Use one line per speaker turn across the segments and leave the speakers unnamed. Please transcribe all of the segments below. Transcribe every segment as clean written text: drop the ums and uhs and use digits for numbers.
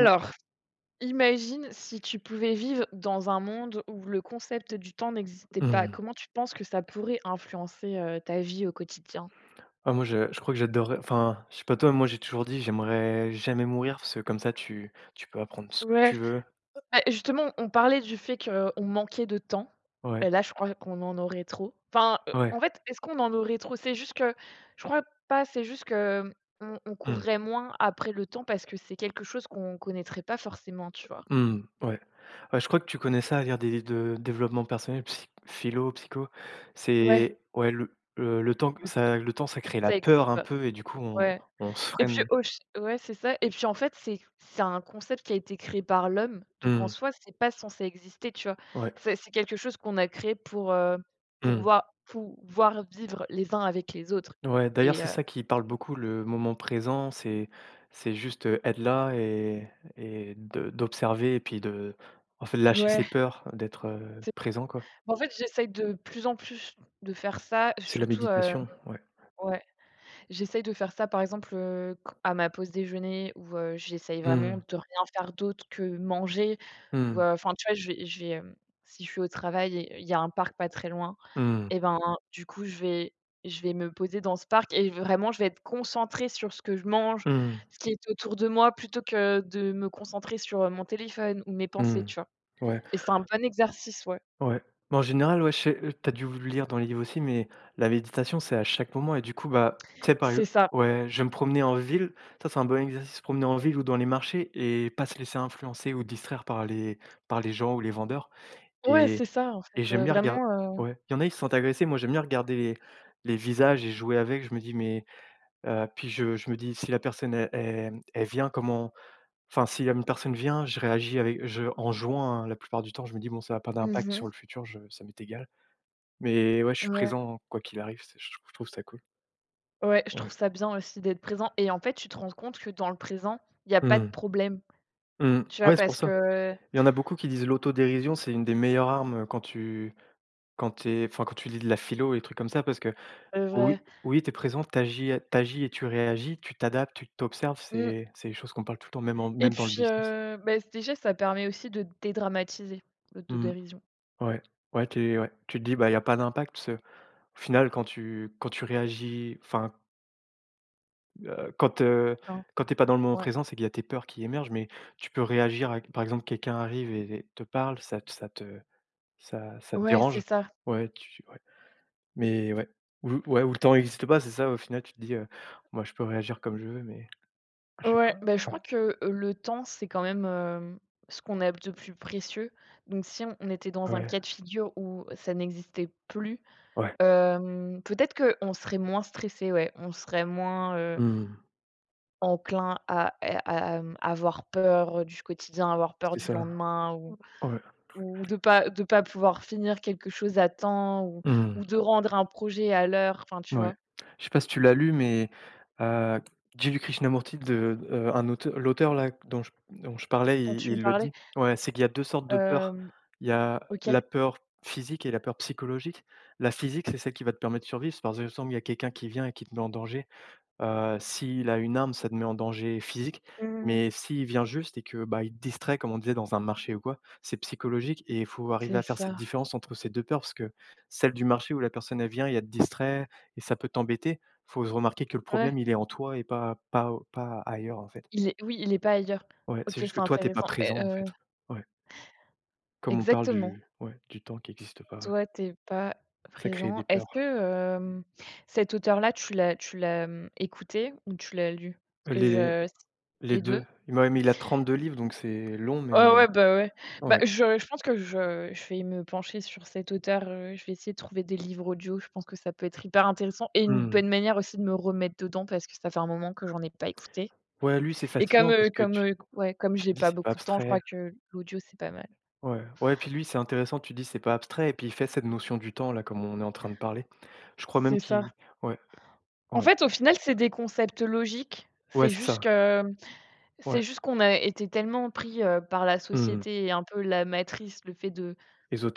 Alors, imagine si tu pouvais vivre dans un monde où le concept du temps n'existait pas.
Mmh.
Comment tu penses que ça pourrait influencer, ta vie au quotidien?
Ah moi je crois que j'adorerais, enfin, je sais pas toi, moi j'ai toujours dit: «J'aimerais jamais mourir» parce que comme ça tu peux apprendre ce que
Ouais,
tu veux.
bah, justement, on parlait du fait qu'on manquait de temps.
Ouais,
Et là, je crois qu'on en aurait trop. Enfin,
ouais.
en fait, est-ce qu'on en aurait trop? C'est juste que je crois pas, c'est juste qu'on on
Mmh.
courrait moins après le temps parce que c'est quelque chose qu'on connaîtrait pas forcément, tu vois?
Mmh. Ouais. Ouais, je crois que tu connais ça, lire des livres de développement personnel, psy philo, psycho.
Ouais,
C'est, ouais, le temps que
le
ça le temps ça crée la
ça existe
peur un
pas.
peu et du coup on
Ouais.
on se
Et puis
freine.
au ch ouais, c'est ça et puis en fait, c'est un concept qui a été créé par l'homme, donc en
Mmh.
soi, c'est pas censé exister, tu vois?
Ouais.
C'est quelque chose qu'on a créé pour
Mmh.
voir pouvoir vivre les uns avec les autres
Ouais, d'ailleurs,
et
c'est ça qui parle beaucoup, le moment présent, c'est juste, être là et de d'observer et puis de en fait, lâcher ses
ouais,
peurs, d'être,
c'est
présent, quoi.
en fait, j'essaye de plus en plus de faire ça,
C'est la
surtout,
méditation, ouais.
ouais, j'essaye de faire ça, par exemple, q à ma pause déjeuner où, j'essaye
Mmh,
vraiment de rien faire d'autre que manger ou,
mmh,
enfin, tu vois, si je suis au travail il y a un parc pas très loin.
mmh,
Et ben, du coup, je vais me poser dans ce parc et vraiment, je vais être concentrée sur ce que je mange,
mmh,
ce qui est autour de moi, plutôt que de me concentrer sur, mon téléphone ou mes pensées,
mmh.
tu vois?
Ouais,
Et c'est un bon exercice, ouais.
ouais. Mais en général, ouais, je sais, tu dû le lire dans les livres aussi, mais la méditation, c'est à chaque moment et du coup, bah, tu sais, par ex
C'est ça.
ouais, je vais me promener en ville. Ça, c'est un bon exercice, promener en ville ou dans les marchés et pas se laisser influencer ou distraire par les gens ou les vendeurs.
Ouais, c'est
Et
ça, en
et
fait,
j'aime bien regarder.
vraiment
Ouais, il y en a, ils se sentent agressés. Moi, j'aime bien regarder les visages et jouer avec. Je me dis: «Mais» puis je me dis: «Si la personne elle vient, comment» enfin, si une personne vient, je réagis avec je en jouant, hein, la plupart du temps. Je me dis: «Bon, ça a pas d'impact sur
mmh
le futur, je ça m'est égal». Mais ouais, je suis
Ouais,
présent quoi qu'il arrive, c'est je trouve ça cool.
ouais, je trouve
Ouais.
ça bien aussi d'être présent et en fait, tu te rends compte que dans le présent, il y a pas de
Mmh.
problème,
Mmh.
tu vois?
Ouais, c'est pour
Parce
ça.
que
Il y en a beaucoup qui disent l'autodérision, c'est une des meilleures armes, quand t'es, enfin, quand tu lis de la philo et des trucs comme ça parce que
c'est
oui,
vrai.
oui, tu es présent, t'agis et tu réagis, tu t'adaptes, tu t'observes,
Mmh
c'est des choses qu'on parle tout le temps,
et
même dans le
puis,
business.
beh, déjà, ça permet aussi de dédramatiser
Mmh,
l'autodérision,
ouais, ouais, tu te dis: «Bah, il y a pas d'impact» parce qu'au final quand tu réagis, enfin, heu, quand, heu,
hein,
quand tu es pas dans le moment
ouais.
présent, c'est qu'il y a tes peurs qui émergent, mais tu peux réagir avec, par exemple, quelqu'un arrive et te parle, ça te
Ouais, c'est
dérange.
ça.
Ouais, tu ouais, mais ouais, ou ouais, ou le temps existe pas, c'est ça, au final, tu te dis: «Moi, je peux réagir comme je veux», mais je sais
Ouais,
pas,
bah, je , ouais, crois que, le temps, c'est quand même, ce qu'on a de plus précieux. Donc si on était dans un
ouais,
cas de figure où ça n'existait plus,
ouais.
peut-être qu'on serait moins stressé, ouais. On serait moins,
Mmh.
enclin à, avoir peur, du quotidien, avoir peur
C'est
du
ça.
lendemain ou
Ouais.
de pas pouvoir finir quelque chose à temps ou
Mmh.
de rendre un projet à l'heure, enfin, tu
Ouais.
vois?
Je sais pas si tu l'as lu, mais heu, Jiddu Krishnamurti de un auteur l'auteur là dont je dont je parlais,
Quand
il
tu me
il le
parlais,
dit. Ouais, c'est qu'il y a 2 sortes de peurs.
hem
Il y a
OK.
la peur physique et la peur psychologique. La physique, c'est celle qui va te permettre de survivre. C'est, par exemple, il y a quelqu'un qui vient et qui te met en danger. S'il a une arme, ça te met en danger physique,
Mmh.
mais s'il vient juste et que, bah, il te distrait, comme on disait, dans un marché ou quoi, c'est psychologique et il faut arriver
C'est
à faire cette
ça.
différence entre ces 2 peurs, parce que celle du marché où la personne, elle vient il y a te distrait et ça peut t'embêter, faut se remarquer que le
Ouais.
problème, il est en toi et pas ailleurs, en fait.
Il est oui, il est pas ailleurs.
Ouais,
OK,
c'est juste
c'est
que toi, t'es pas
intéressant et
présent, en fait. Ouais, comme on parle
exactement.
du ouais, du temps qui existe pas, ouais.
Toi, tu es pas
Ça crée
présent.
des
Est-ce
peurs.
que, hem, cet auteur-là, tu l'as écouté ou tu l'as lu? Parce que
Les
je
les
les
deux.
deux.
Il m'a mis Il a 32 livres, donc c'est long, mais
Ouais, ouais. Bah,
ouais.
je pense que je vais me pencher sur cet auteur, je vais essayer de trouver des livres audio, je pense que ça peut être hyper intéressant et une
Mmh.
bonne manière aussi de me remettre dedans parce que ça fait un moment que j'en ai pas écouté
Ouais, lui, c'est
et
fascinant parce que
ouais, comme
tu
j'ai
te dis:
pas
«C'est pas
beaucoup de temps, je
abstrait».
crois que l'audio, c'est pas mal.
Ouais, ouais, puis lui, c'est intéressant, tu dis: «C'est pas abstrait» et puis il fait cette notion du temps là, comme on est en train de parler. Je crois
C'est
même
ça.
qu'il ouais,
En
ouais,
fait, au final, c'est des concepts logiques.
ouais, c'est ça,
C'est
ouais,
juste qu'on a été tellement pris, par la
mmh,
société et un peu la matrice, le fait de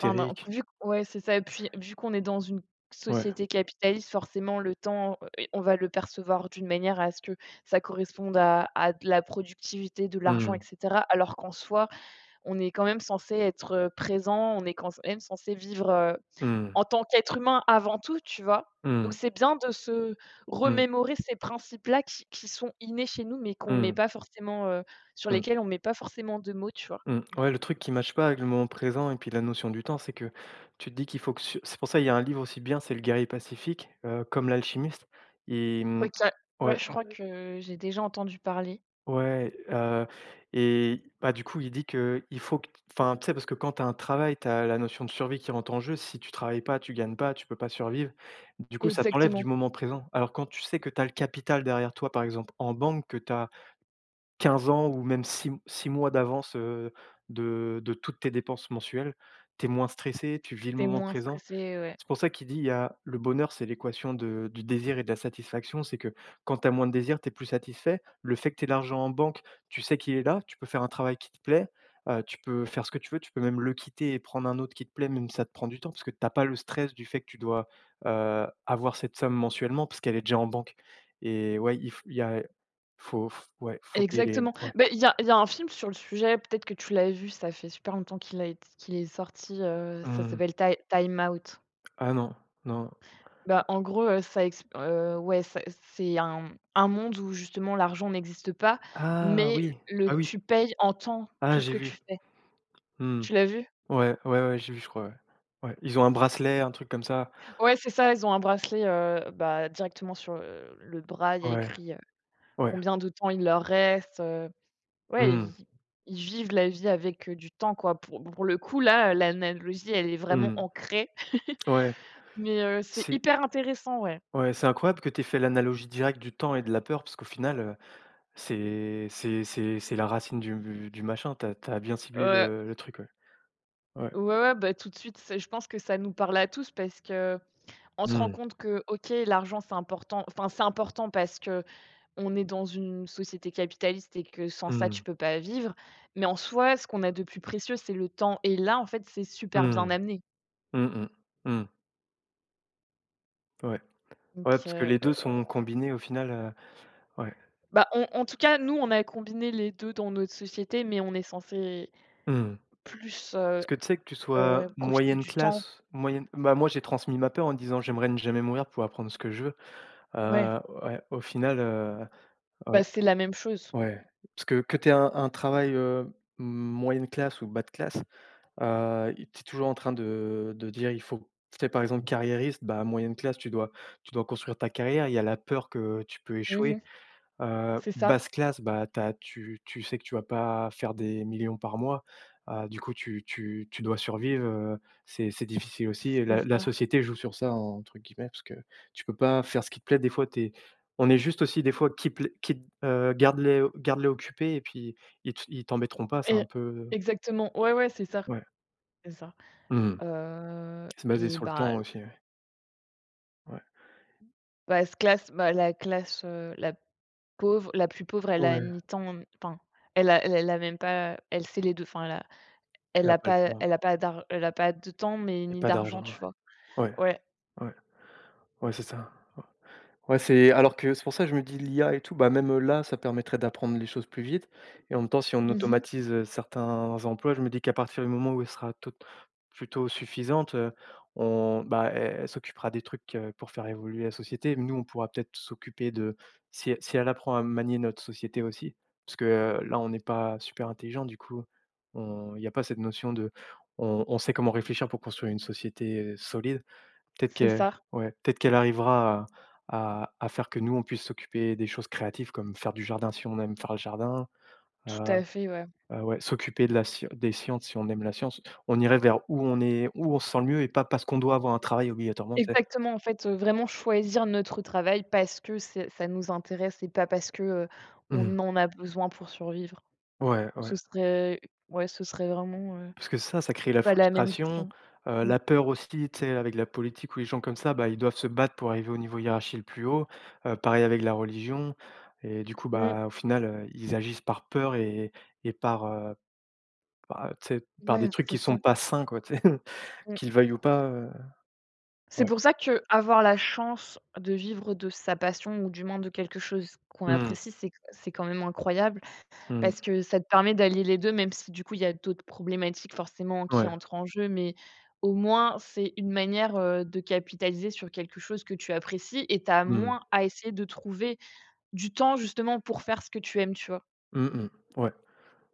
enfin, ben, vu q ouais, c'est ça. Et puis, vu qu'on est dans une
ouais,
société capitaliste, forcément, le temps, et on va le percevoir d'une manière à ce que ça corresponde à de la productivité, de l'argent, et
mmh,
cetera. Alors qu'en soi, on est quand même censé être, présent, on est quand même censé vivre,
mmh,
en tant qu'être humain avant tout, tu vois? Donc
mmh,
c'est bien de se
mmh,
remémorer ces principes-là qui sont innés chez nous, mais qu'on met
mmh,
pas forcément, sur
mmh, mmh.
lesquels on met pas forcément de mots, tu vois?
Ouais, le truc qui matche pas avec le moment présent et puis la notion du temps, c'est que tu te dis qu'il faut que su c'est pour ça il y a un livre aussi bien, c'est Le Guerrier Pacifique, comme L'Alchimiste et mmh
OK, ouais,
ouais.
je crois que j'ai déjà entendu parler.
Ouais, et bah, du coup, il dit que il faut que enfin, tu sais, parce que quand tu as un travail, tu as la notion de survie qui rentre en jeu. Si tu travailles pas, tu gagnes pas, tu peux pas survivre. Du coup, ça t'enlève du
Exactement,
moment présent. Alors, quand tu sais que tu as le capital derrière toi, par exemple en banque, que tu as 15 ans ou même six mois d'avance, de toutes tes dépenses mensuelles, tu es moins stressé, tu vis le
tu
moment
moins
présent.
stressé, ouais.
C'est pour ça qu'il dit il y a le bonheur, c'est l'équation de du désir et de la satisfaction. C'est que quand tu as moins de désir, tu es plus satisfait. Le fait que tu aies l'argent en banque, tu sais qu'il est là, tu peux faire un travail qui te plaît, tu peux faire ce que tu veux, tu peux même le quitter et prendre un autre qui te plaît, même si ça te prend du temps, parce que tu as pas le stress du fait que tu dois, avoir cette somme mensuellement parce qu'elle est déjà en banque et ouais, il y a faut f ouais, faut qu'il y ait les
Exactement.
ouais.
Ben il y a un film sur le sujet, peut-être que tu l'as vu, ça fait super longtemps qu'il a été qu'il est sorti, ça
Mmh.
s'appelle Ti Time Out.
Ah non, non.
Bah, en gros, ça ex ouais, ça c'est un monde où justement l'argent n'existe pas,
Ah
mais
oui!
le
Ah oui!
tu payes en temps tout
Ah
ce
j'ai
que
vu.
tu fais.
Mmh.
Tu l'as vu?
Ouais, ouais, ouais, j'ai vu, je crois, ouais. Ouais, ils ont un bracelet, un truc comme ça.
Ouais, c'est ça, ils ont un bracelet, bah, directement sur, le bras, il y a
Ouais,
écrit,
ouais.
combien de temps il leur reste, ouais,
Mmh.
ils vivent la vie avec, du temps, quoi. Pour le coup, là, l'analogie, elle est vraiment
Mmh.
ancrée,
Ouais,
mais c'est
c'est
hyper intéressant, ouais.
ouais, c'est incroyable que tu aies fait l'analogie directe du temps et de la peur parce qu'au final, c'est la racine du machin. Tu as bien ciblé
Ouais,
le truc, ouais. Ouais.
ouais, ouais, bah, tout de suite, c'est je pense que ça nous parle à tous parce que On se rend
Mmh.
compte que, OK, l'argent, c'est important. Enfin, c'est important parce que on est dans une société capitaliste et que sans ça, tu
Mmh.
peux pas vivre. Mais en soi, ce qu'on a de plus précieux, c'est le temps. Et là, en fait, c'est super bien
Mmh.
amené.
Mmh mh. Mmh. Ouais.
Donc,
Ouais, parce que les 2 sont combinés au final, ouais.
bah, on en tout cas, nous, on a combiné les 2 dans notre société, mais on est censé
Mmh.
plus,
Parce que tu sais, que tu sois
profiter
moyenne
du temps.
classe, moyenne bah, moi j'ai transmis ma peur en disant: «J'aimerais ne jamais mourir pour apprendre ce que je veux».
Ouais,
Ouais, au final,
bah,
ouais,
c'est la même chose.
ouais. Parce que tu aies un travail, moyenne classe ou bas de classe, tu es toujours en train de dire il faut tu sais, par exemple, carriériste, bah, moyenne classe, tu dois construire ta carrière. Il y a la peur que tu peux
Mmh
échouer. Heu,
C'est ça,
basse classe, bah, tu sais que tu vas pas faire des millions par mois. Du coup, tu dois survivre, c'est difficile aussi et
c'est
la
ça.
société joue sur ça, entre guillemets, parce que tu peux pas faire ce qui te plaît. Des fois, on est juste aussi des fois qui garde-les garde-les occupés et puis ils t'embêteront pas, c'est
Et
un peu
exactement. Ouais, ouais, c'est ça,
ouais.
c'est ça.
Mmh.
Heu
C'est basé
et
sur le temps
bah
aussi, ouais. Ouais.
Bah, la classe, la plus pauvre, elle a une
Ouais,
mi-temps enfin, elle a même pas elle sait les 2 enfin,
tu pas le temps
elle a pas de temps, mais
et
ni
pas
d'argent,
d'argent, ouais.
tu vois?
Ouais,
Ouais.
ouais, ouais, c'est ça. Ouais, c'est alors que c'est pour ça que je me dis l'IA et tout, bah, même, là, ça permettrait d'apprendre les choses plus vite et en même temps, si on
Mmh
automatise, certains emplois, je me dis qu'à partir du moment où elle sera tot plutôt suffisante, on bah, elle s'occupera des trucs, pour faire évoluer la société. Nous, on pourra peut-être s'occuper de si elle apprend à manier notre société aussi, parce que, là, on n'est pas super intelligent du coup, on il n'y a pas cette notion de on sait comment réfléchir pour construire une société, solide. Peut-être
C'est
qu'elle
ça.
ouais, peut-être qu'elle arrivera à faire que nous, on puisse s'occuper des choses créatives comme faire du jardin si on aime faire le jardin,
Tout
heu
à fait, ouais.
ouais, s'occuper de la scie des sciences si on aime la science. On irait vers où on se sent le mieux et pas parce qu'on doit avoir un travail obligatoirement, tu sais?
Exactement, en fait, vraiment choisir notre travail parce que c'est ça nous intéresse et pas parce que,
Mmh.
on en a besoin pour survivre.
Ouais, ouais.
Ce serait ouais, ce serait vraiment,
Parce que ça crée la
pas la même
frustration,
vision. Mmh.
la peur aussi, tu sais, avec la politique ou les gens comme ça, bah, ils doivent se battre pour arriver au niveau hiérarchie le plus haut, pareil avec la religion et du coup,
Mmh.
bah, au final, ils agissent par peur et par, bah, tu sais, par
Ouais,
des trucs
c'est
qui
ça.
sont pas sains quoi, tu sais?
Mmh.
Qu'ils veuillent ou pas,
C'est
ouais.
pour ça que avoir la chance de vivre de sa passion ou du moins de quelque chose qu'on
Mmh,
apprécie, c'est quand même incroyable
mmh,
parce que ça te permet d'allier les 2, même si du coup il y a d'autres problématiques forcément qui
ouais,
entrent en jeu, mais au moins c'est une manière, de capitaliser sur quelque chose que tu apprécies et tu as moins
mmh,
à essayer de trouver du temps justement pour faire ce que tu aimes, tu vois?
mmh mh. Ouais,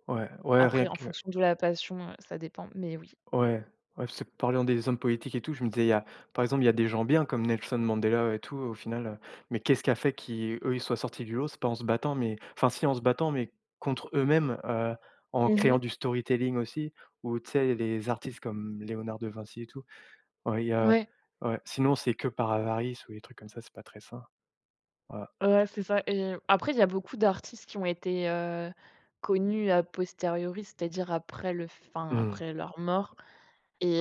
ouais, ouais,
Après
rien
en
que
fonction de la passion, ça dépend, mais oui.
ouais, ouais, parce que parlant des hommes politiques et tout, je me disais, il y a par exemple, il y a des gens bien comme Nelson Mandela et tout au final, mais qu'est-ce qui a fait qu'ils eux, ils soient sortis du lot? C'est pas en se battant, mais enfin si en se battant, mais contre eux-mêmes, en créant
Mmh.
du storytelling aussi ou tu sais, les artistes comme Léonard de Vinci et tout. Ouais, il y a
Ouais.
ouais, sinon c'est que par avarice ou des trucs comme ça, c'est pas très sain. Ouais.
Ouais, c'est ça et après, il y a beaucoup d'artistes qui ont été, connus a posteriori, c'est-à-dire après le fin,
Mmh.
après leur mort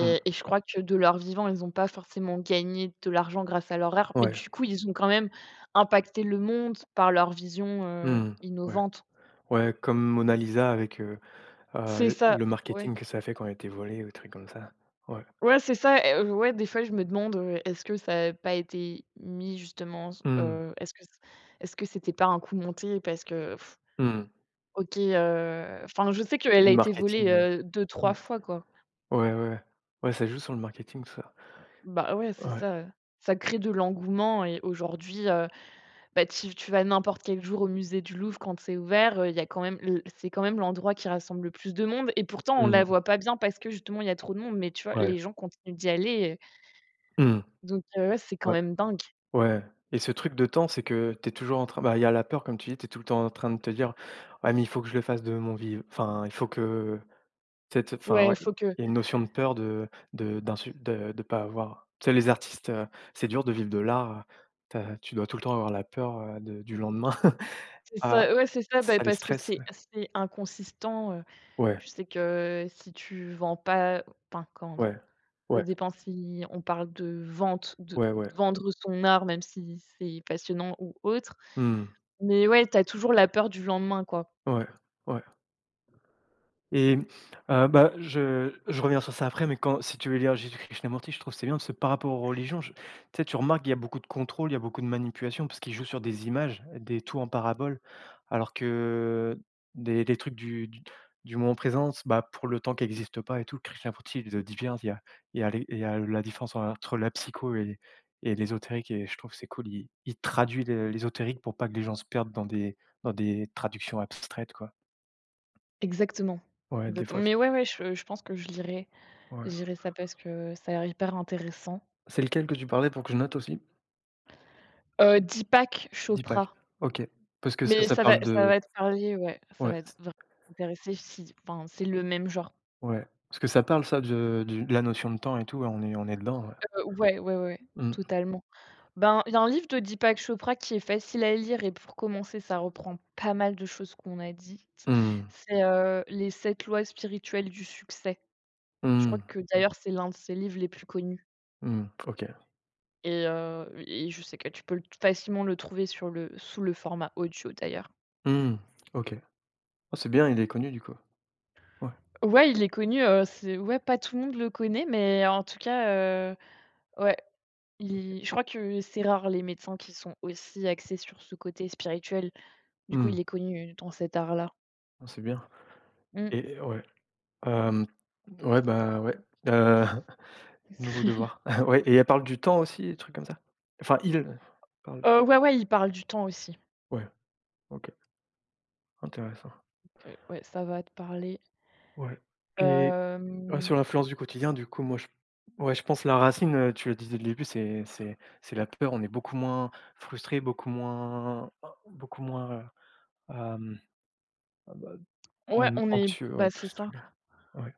Mmh.
et je crois que de leur vivant, ils n'ont pas forcément gagné de l'argent grâce à leur art, mais
Ouais.
du coup, ils ont quand même impacté le monde par leur vision,
Mmh. Ouais.
innovante.
Ouais, comme Mona Lisa avec,
C'est
le
ça, ouais.
marketing que ça a fait quand elle était volée ou des trucs comme ça. Ouais.
Ouais, c'est ça et ouais, des fois, je me demande, est-ce que ça n'a pas été mis justement s
Mmh.
est-ce que c'était pas un coup monté parce que
Mmh.
OK, enfin, je sais qu'elle a
Le
été
marketing,
volée,
ouais.
2-3
Ouais.
fois, quoi.
Ouais, ouais, ouais. Ouais, ça joue sur le marketing tout ça.
Bah, ouais, c'est
Ouais.
ça, ça crée de l'engouement et aujourd'hui, bah, tu vas n'importe quel jour au musée du Louvre quand c'est ouvert, il y a quand même l c'est quand même l'endroit qui rassemble le plus de monde et pourtant on la
Mmh.
voit pas bien parce que justement il y a trop de monde, mais tu vois,
Ouais.
les gens continuent d'y aller,
Mmh.
donc ouais, c'est quand
Ouais.
même dingue.
Ouais. Et ce truc de temps, c'est que tu es toujours en train, bah, il y a la peur comme tu dis, tu es tout le temps en train de te dire: «Ouais mais il faut que je le fasse de mon vivre, enfin, il faut que... Cette... enfin,
Ouais, il
ouais,
faut que
il y a une notion de peur, de d'insu de pas avoir, tu sais, les artistes, c'est dur de vivre de l'art, tu dois tout le temps avoir la peur, de du lendemain.
c'est
Ah,
ça, ouais, c'est ça, bah,
ça les
parce que
stresse,
c'est
ouais.
c'est inconsistant,
Ouais,
tu sais que si tu vends pas enfin, comment
ouais,
dire? Ça
ouais,
dépend si on parle de vente, de
ouais, ouais.
vendre son art, même si c'est passionnant ou autre.
Mmh,
Mais ouais, tu as toujours la peur du lendemain, quoi.
ouais, ouais. Et bah, je reviens sur ça après, mais quand, si tu veux, lire Jésus Krishnamurti, je trouve que c'est bien parce que par rapport aux religions, je tu sais, tu remarques qu'il y a beaucoup de contrôle, il y a beaucoup de manipulation parce qu'il joue sur des images, des... tout en parabole, alors que des trucs du moment présent, bah, pour le temps qui existe pas et tout, Krishnamurti, il le dit bien, il y a les il y a la différence entre la psycho et l'ésotérique et je trouve que c'est cool. Il traduit l'ésotérique pour pas que les gens se perdent dans des traductions abstraites, quoi.
Exactement.
Ouais, des
Exactement.
fois,
Mais ouais, ouais, je pense que je lirai. Je
ouais.
lirai ça parce que ça a l'air hyper intéressant.
C'est lequel que tu parlais pour que je note aussi?
Deepak
Deepak.
Chopra,
OK. Parce que ça,
mais
ça
ça va
parle
ça
de
va te parler, ouais, ça va
ouais,
être
c
vraiment intéresser si enfin, c'est le même genre.
ouais. Parce que ça parle ça de du de la notion de temps et tout, ouais, on est dedans, ouais.
Ouais, ouais, ouais,
Mmh.
totalement. Ben, il y a un livre de Deepak Chopra qui est facile à lire et pour commencer, ça reprend pas mal de choses qu'on a dites.
Mmh.
C'est, «Les sept lois spirituelles du succès». Je crois
Mmh.
que d'ailleurs, c'est l'un de ses livres les plus connus
Mmh. OK.
et je sais que tu peux le facilement le trouver sur le sous le format audio d'ailleurs.
Mmh. OK. Ah c'est bien, il est connu du coup. Ouais,
Ouais, il est connu, c'est ouais, pas tout le monde le connaît, mais en tout cas, ouais,
OK.
il je crois que c'est rare les médecins qui sont aussi axés sur ce côté spirituel. Du coup, il
Mmh.
est connu dans cet art-là.
Ah c'est bien
Mmh.
et ouais. Hem, ouais, bah, ouais. Heu, nouveau devoir. Ouais, et elle parle du temps aussi, des trucs comme ça? Enfin il parle...
Ouais, ouais, il parle du temps aussi.
ouais, OK, intéressant.
Ouais, ça va te parler.
Ouais et... Ouais,
Hem,
sur l'influence du quotidien, du coup, moi, je... ouais, je pense la racine, tu le disais au début, c'est la peur. On est beaucoup moins frustré, beaucoup moins... oh, beaucoup moins, hem, ah bah,
ouais,
mmh,
on est
anxieux,
bah,
ouais, tout
c'est
ce
ça.
truc-là. Ouais.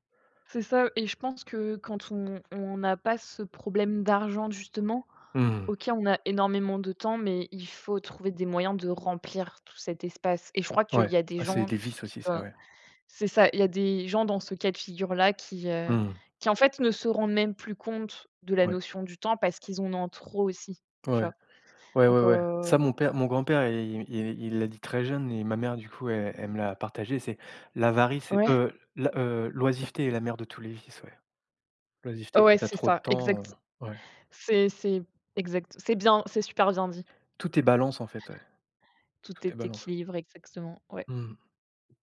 C'est ça et je pense que quand on n'a pas ce problème d'argent justement,
Mmh,
OK, on a énormément de temps, mais il faut trouver des moyens de remplir tout cet espace et je crois qu'il
ouais.
y a des
Ah, c'est
gens,
des vices aussi, ça,
heu
ouais.
c'est ça, il y a des gens dans ce cas de figure-là qui, heu,
Mmh,
qui en fait ne se rendent même plus compte de la
ouais,
notion du temps parce qu'ils en ont trop aussi, tu
ouais,
vois?
ouais,
Donc
ouais, ouais. Ça, mon grand-père, il l'a dit très jeune et ma mère, du coup, elle me l'a partagé, c'est l'avarice et
ouais,
la l'oisiveté est la mère de tous les vices, ouais. L'oisiveté, quand
ouais,
t'as
c'est
trop de
ça,
temps,
exact.
ouais.
C'est exact. C'est bien, c'est super bien dit.
Tout est balance, en fait, ouais. Tout
Tout
est
est
balance.
équilibré, exactement, ouais.
Mmh.